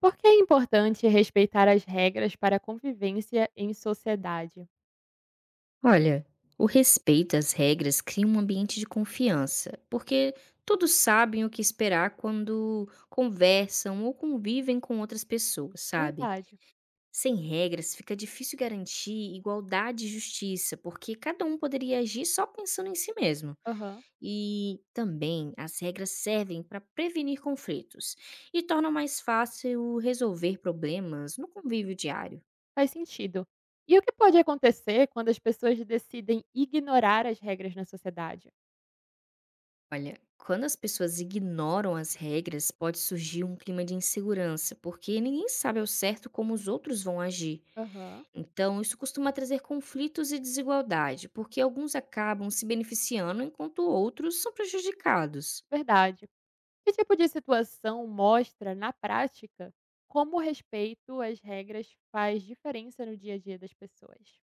Por que é importante respeitar as regras para a convivência em sociedade? Olha, o respeito às regras cria um ambiente de confiança, porque todos sabem o que esperar quando conversam ou convivem com outras pessoas, sabe? Verdade. Sem regras, fica difícil garantir igualdade e justiça, porque cada um poderia agir só pensando em si mesmo. Aham. E também as regras servem para prevenir conflitos e tornam mais fácil resolver problemas no convívio diário. Faz sentido. E o que pode acontecer quando as pessoas decidem ignorar as regras na sociedade? Olha, quando as pessoas ignoram as regras, pode surgir um clima de insegurança, porque ninguém sabe ao certo como os outros vão agir. Aham. Então, isso costuma trazer conflitos e desigualdade, porque alguns acabam se beneficiando enquanto outros são prejudicados. Verdade. Que tipo de situação mostra, na prática, como o respeito às regras faz diferença no dia a dia das pessoas?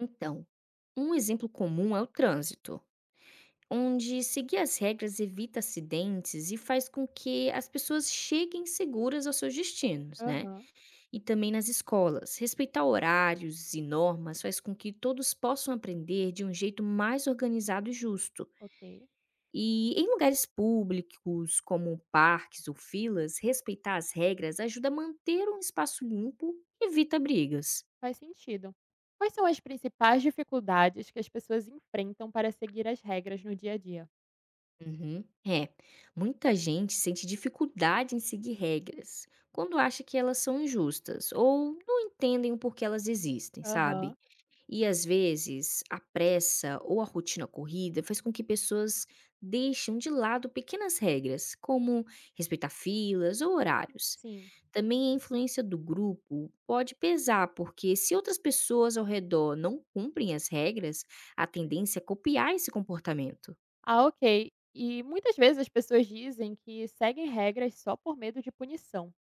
Então, um exemplo comum é o trânsito, onde seguir as regras evita acidentes e faz com que as pessoas cheguem seguras aos seus destinos, né? Aham. E também nas escolas, respeitar horários e normas faz com que todos possam aprender de um jeito mais organizado e justo. Ok. E em lugares públicos, como parques ou filas, respeitar as regras ajuda a manter um espaço limpo e evita brigas. Faz sentido. Quais são as principais dificuldades que as pessoas enfrentam para seguir as regras no dia a dia? Uhum. É, muita gente sente dificuldade em seguir regras quando acha que elas são injustas ou não entendem o porquê elas existem, Aham, sabe? E às vezes a pressa ou a rotina corrida faz com que pessoas deixem de lado pequenas regras, como respeitar filas ou horários. sim. Também a influência do grupo pode pesar, porque se outras pessoas ao redor não cumprem as regras, a tendência é copiar esse comportamento. Ah, ok. E muitas vezes as pessoas dizem que seguem regras só por medo de punição.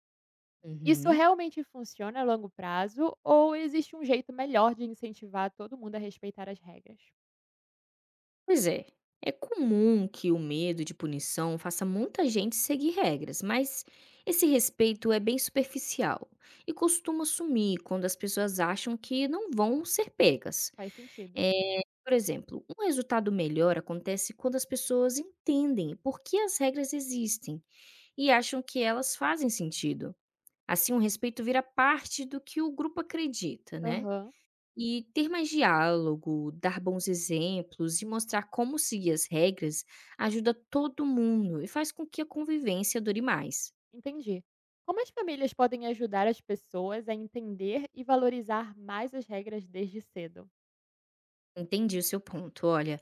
Isso Uhum. realmente funciona a longo prazo ou existe um jeito melhor de incentivar todo mundo a respeitar as regras? Pois é, é comum que o medo de punição faça muita gente seguir regras, mas esse respeito é bem superficial e costuma sumir quando as pessoas acham que não vão ser pegas. Faz sentido. É, por exemplo, um resultado melhor acontece quando as pessoas entendem por que as regras existem e acham que elas fazem sentido. Assim, o respeito vira parte do que o grupo acredita, né? Aham, E ter mais diálogo, dar bons exemplos e mostrar como seguir as regras ajuda todo mundo e faz com que a convivência dure mais. entendi. Como as famílias podem ajudar as pessoas a entender e valorizar mais as regras desde cedo? Entendi o seu ponto. Olha,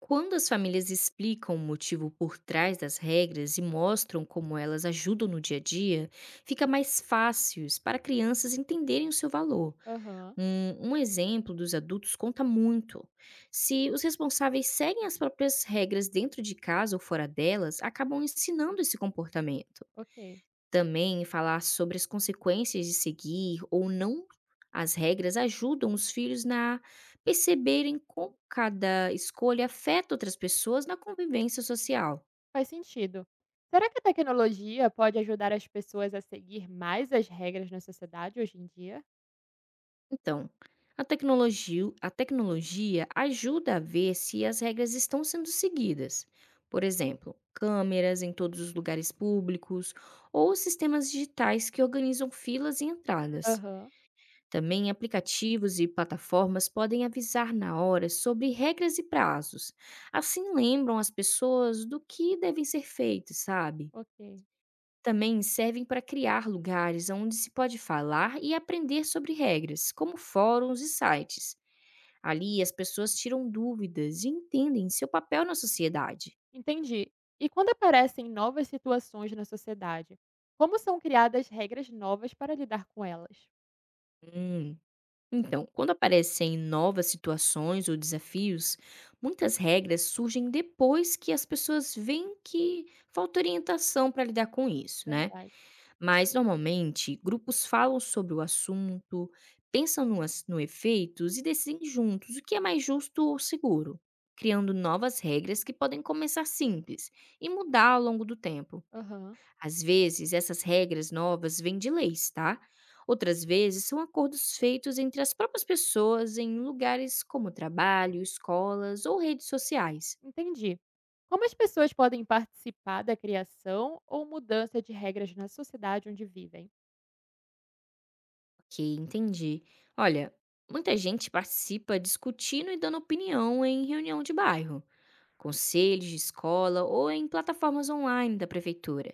quando as famílias explicam o motivo por trás das regras e mostram como elas ajudam no dia a dia, fica mais fácil para crianças entenderem o seu valor. Aham, Um exemplo dos adultos conta muito. Se os responsáveis seguem as próprias regras dentro de casa ou fora delas, acabam ensinando esse comportamento. ok. Também falar sobre as consequências de seguir ou não as regras ajudam os filhos na perceberem como cada escolha afeta outras pessoas na convivência social. Faz sentido. Será que a tecnologia pode ajudar as pessoas a seguir mais as regras na sociedade hoje em dia? Então, a tecnologia ajuda a ver se as regras estão sendo seguidas. Por exemplo, câmeras em todos os lugares públicos ou sistemas digitais que organizam filas e entradas. Aham, Também aplicativos e plataformas podem avisar na hora sobre regras e prazos. Assim lembram as pessoas do que devem ser feitos, sabe? ok. Também servem para criar lugares onde se pode falar e aprender sobre regras, como fóruns e sites. Ali as pessoas tiram dúvidas e entendem seu papel na sociedade. Entendi. E quando aparecem novas situações na sociedade, como são criadas regras novas para lidar com elas? Hum, Então, quando aparecem novas situações ou desafios, muitas regras surgem depois que as pessoas veem que falta orientação para lidar com isso, né? Verdade. Mas, normalmente, grupos falam sobre o assunto, pensam no efeitos e decidem juntos o que é mais justo ou seguro, criando novas regras que podem começar simples e mudar ao longo do tempo. Aham, Às vezes, essas regras novas vêm de leis, tá? Outras vezes, são acordos feitos entre as próprias pessoas em lugares como trabalho, escolas ou redes sociais. entendi. Como as pessoas podem participar da criação ou mudança de regras na sociedade onde vivem? Ok, entendi. Olha, muita gente participa discutindo e dando opinião em reunião de bairro, conselhos de escola ou em plataformas online da prefeitura.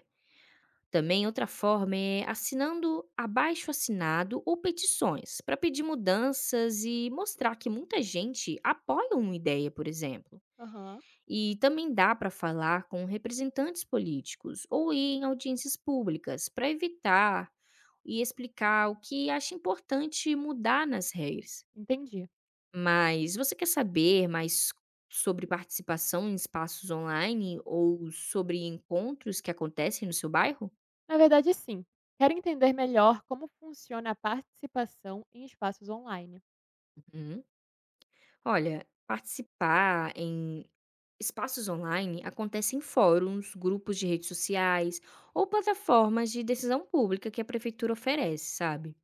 Também outra forma é assinando abaixo assinado ou petições para pedir mudanças e mostrar que muita gente apoia uma ideia, por exemplo. Aham, E também dá para falar com representantes políticos ou ir em audiências públicas para evitar e explicar o que acha importante mudar nas regras. entendi. Mas você quer saber mais sobre participação em espaços online ou sobre encontros que acontecem no seu bairro? Na verdade, sim. Quero entender melhor como funciona a participação em espaços online. Uhum. Olha, participar em espaços online acontece em fóruns, grupos de redes sociais ou plataformas de decisão pública que a prefeitura oferece, sabe?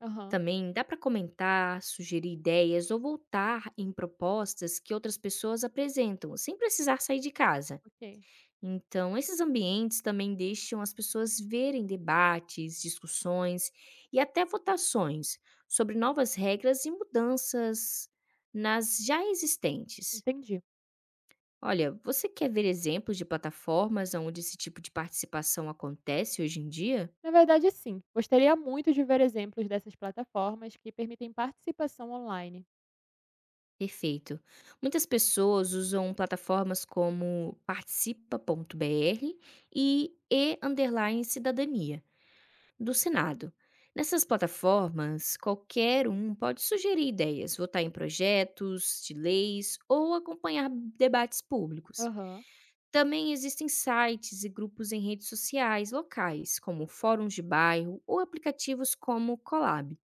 Aham, Também dá para comentar, sugerir ideias ou voltar em propostas que outras pessoas apresentam, sem precisar sair de casa. ok. Então, esses ambientes também deixam as pessoas verem debates, discussões e até votações sobre novas regras e mudanças nas já existentes. Entendi. Olha, você quer ver exemplos de plataformas onde esse tipo de participação acontece hoje em dia? Na verdade, sim. Gostaria muito de ver exemplos dessas plataformas que permitem participação online. Perfeito. Muitas pessoas usam plataformas como participa.br e #cidadania do Senado. Nessas plataformas, qualquer um pode sugerir ideias, votar em projetos de leis ou acompanhar debates públicos. Aham, Também existem sites e grupos em redes sociais locais, como fóruns de bairro ou aplicativos como Colab.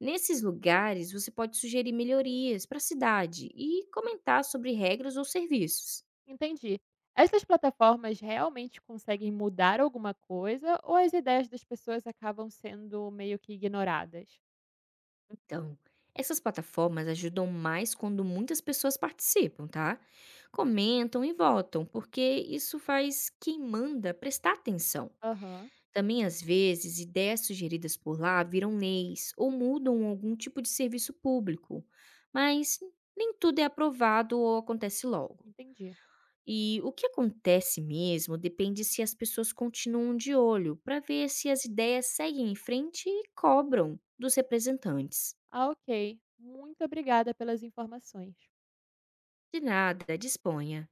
Nesses lugares, você pode sugerir melhorias para a cidade e comentar sobre regras ou serviços. entendi. Essas plataformas realmente conseguem mudar alguma coisa ou as ideias das pessoas acabam sendo meio que ignoradas? Então, essas plataformas ajudam mais quando muitas pessoas participam, tá? Comentam e votam, porque isso faz quem manda prestar atenção. Aham, Também, às vezes, ideias sugeridas por lá viram leis ou mudam algum tipo de serviço público, mas nem tudo é aprovado ou acontece logo. entendi. E o que acontece mesmo depende se as pessoas continuam de olho para ver se as ideias seguem em frente e cobram dos representantes. Ah, ok. Muito obrigada pelas informações. De nada, disponha.